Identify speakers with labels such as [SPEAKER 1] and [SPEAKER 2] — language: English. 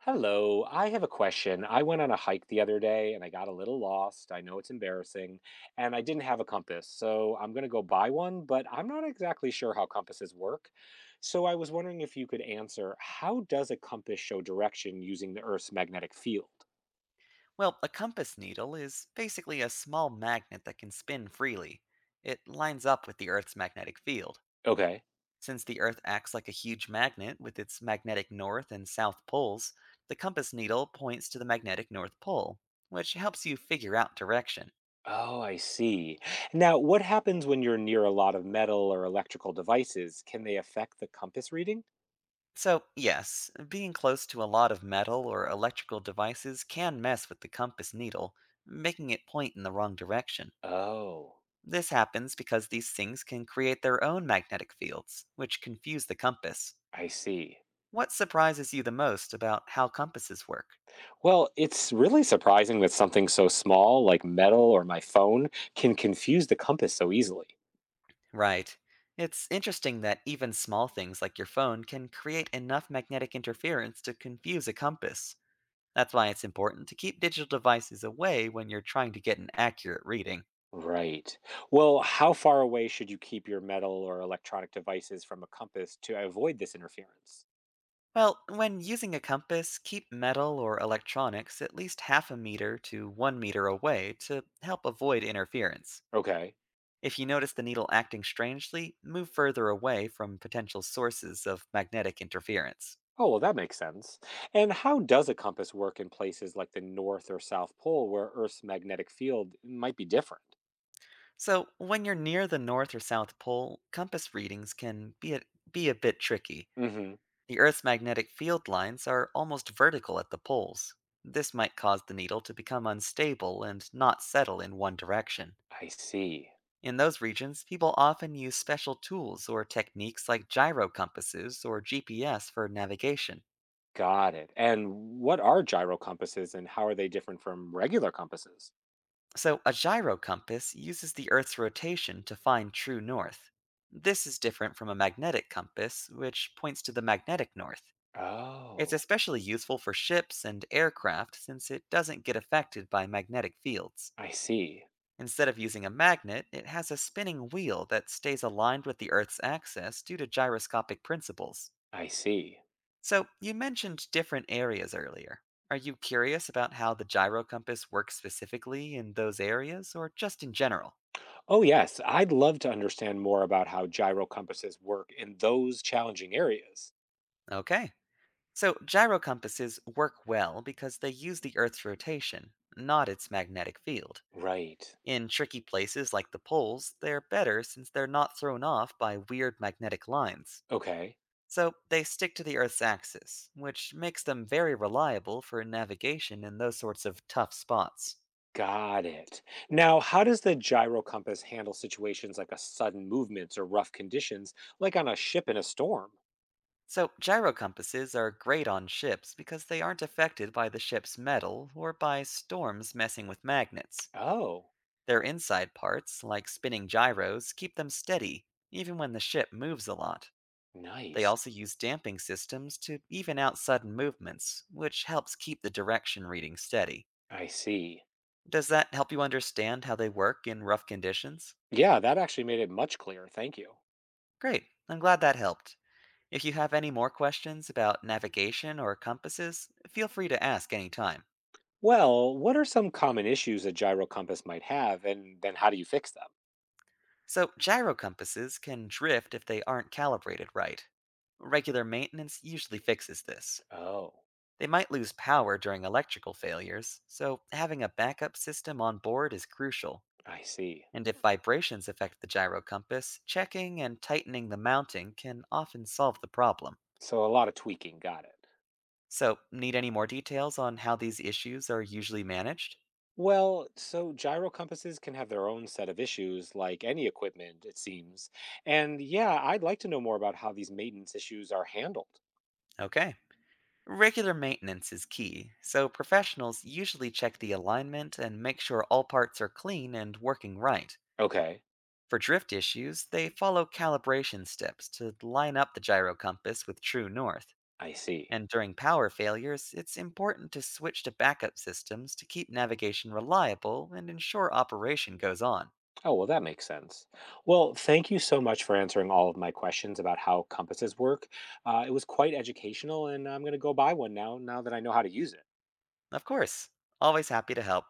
[SPEAKER 1] Hello, I have a question. I went on a hike the other day and I got a little lost. I know it's embarrassing, and I didn't have a compass. So I'm going to go buy one, but I'm not exactly sure how compasses work. So I was wondering if you could answer, how does a compass show direction using the Earth's magnetic field?
[SPEAKER 2] Well, a compass needle is basically a small magnet that can spin freely. It lines up with the Earth's magnetic field.
[SPEAKER 1] Okay.
[SPEAKER 2] Since the Earth acts like a huge magnet with its magnetic north and south poles, the compass needle points to the magnetic north pole, which helps you figure out direction.
[SPEAKER 1] Oh, I see. Now, what happens when you're near a lot of metal or electrical devices? Can they affect the compass reading?
[SPEAKER 2] So, yes, being close to a lot of metal or electrical devices can mess with the compass needle, making it point in the wrong direction.
[SPEAKER 1] Oh,
[SPEAKER 2] This happens because these things can create their own magnetic fields, which confuse the compass.
[SPEAKER 1] I see.
[SPEAKER 2] What surprises you the most about how compasses work?
[SPEAKER 1] Well, it's really surprising that something so small like metal or my phone can confuse the compass so easily.
[SPEAKER 2] Right. It's interesting that even small things like your phone can create enough magnetic interference to confuse a compass. That's why it's important to keep digital devices away when you're trying to get an accurate reading.
[SPEAKER 1] Right. Well, how far away should you keep your metal or electronic devices from a compass to avoid this interference?
[SPEAKER 2] Well, when using a compass, keep metal or electronics at least 0.5 meters to 1 meter away to help avoid interference.
[SPEAKER 1] Okay.
[SPEAKER 2] If you notice the needle acting strangely, move further away from potential sources of magnetic interference.
[SPEAKER 1] Oh, well, that makes sense. And how does a compass work in places like the North or South Pole where Earth's magnetic field might be different?
[SPEAKER 2] So, when you're near the North or South Pole, compass readings can be a bit tricky.
[SPEAKER 1] Hmm.
[SPEAKER 2] The Earth's magnetic field lines are almost vertical at the poles. This might cause the needle to become unstable and not settle in one direction.
[SPEAKER 1] I see.
[SPEAKER 2] In those regions, people often use special tools or techniques like gyro compasses or GPS for navigation.
[SPEAKER 1] Got it. And what are gyro compasses and how are they different from regular compasses?
[SPEAKER 2] So, a gyrocompass uses the Earth's rotation to find true north. This is different from a magnetic compass, which points to the magnetic north. It's
[SPEAKER 1] Oh.
[SPEAKER 2] especially useful for ships and aircraft since it doesn't get affected by magnetic fields.
[SPEAKER 1] I see.
[SPEAKER 2] Instead of using a magnet, it has a spinning wheel that stays aligned with the Earth's axis due to gyroscopic principles.
[SPEAKER 1] I see.
[SPEAKER 2] So, you mentioned different areas earlier. Are you curious about how the gyrocompass works specifically in those areas or just in general?
[SPEAKER 1] Oh, yes. I'd love to understand more about how gyro compasses work in those challenging areas.
[SPEAKER 2] Okay. So gyrocompasses work well because they use the Earth's rotation, not its magnetic field.
[SPEAKER 1] Right.
[SPEAKER 2] In tricky places like the poles, they're better since they're not thrown off by weird magnetic lines.
[SPEAKER 1] Okay.
[SPEAKER 2] So they stick to the Earth's axis, which makes them very reliable for navigation in those sorts of tough spots.
[SPEAKER 1] Got it. Now, how does the gyro compass handle situations like a sudden movements or rough conditions, like on a ship in a storm?
[SPEAKER 2] So gyrocompasses are great on ships because they aren't affected by the ship's metal or by storms messing with magnets.
[SPEAKER 1] Oh,
[SPEAKER 2] Their inside parts, like spinning gyros, keep them steady, even when the ship moves a lot. They
[SPEAKER 1] nice.
[SPEAKER 2] also use damping systems to even out sudden movements, which helps keep the direction reading steady.
[SPEAKER 1] I see.
[SPEAKER 2] Does that help you understand how they work in rough conditions?
[SPEAKER 1] Yeah, that actually made it much clearer. Thank you.
[SPEAKER 2] Great, I'm glad that helped. If you have any more questions about navigation or compasses, feel free to ask anytime.
[SPEAKER 1] Well, what are some common issues a gyro compass might have, and then how do you fix them?
[SPEAKER 2] So, gyro compasses can drift if they aren't calibrated right. Regular maintenance usually fixes this.
[SPEAKER 1] Oh,
[SPEAKER 2] They might lose power during electrical failures, so having a backup system on board is crucial.
[SPEAKER 1] I see.
[SPEAKER 2] And if vibrations affect the gyro compass, checking and tightening the mounting can often solve the problem.
[SPEAKER 1] So a lot of tweaking, got it.
[SPEAKER 2] So, need any more details on how these issues are usually managed?
[SPEAKER 1] Well, so gyro compasses can have their own set of issues, like any equipment, it seems. And yeah, I'd like to know more about how these maintenance issues are handled.
[SPEAKER 2] Okay. Regular maintenance is key, so professionals usually check the alignment and make sure all parts are clean and working right.
[SPEAKER 1] Okay,
[SPEAKER 2] For drift issues, they follow calibration steps to line up the gyro compass with true north.
[SPEAKER 1] I see.
[SPEAKER 2] And during power failures, it's important to switch to backup systems to keep navigation reliable and ensure operation goes on.
[SPEAKER 1] Oh, well, that makes sense. Well, thank you so much for answering all of my questions about how compasses work. It was quite educational, and I'm going to go buy one now, now that I know how to use it.
[SPEAKER 2] Of course, always happy to help.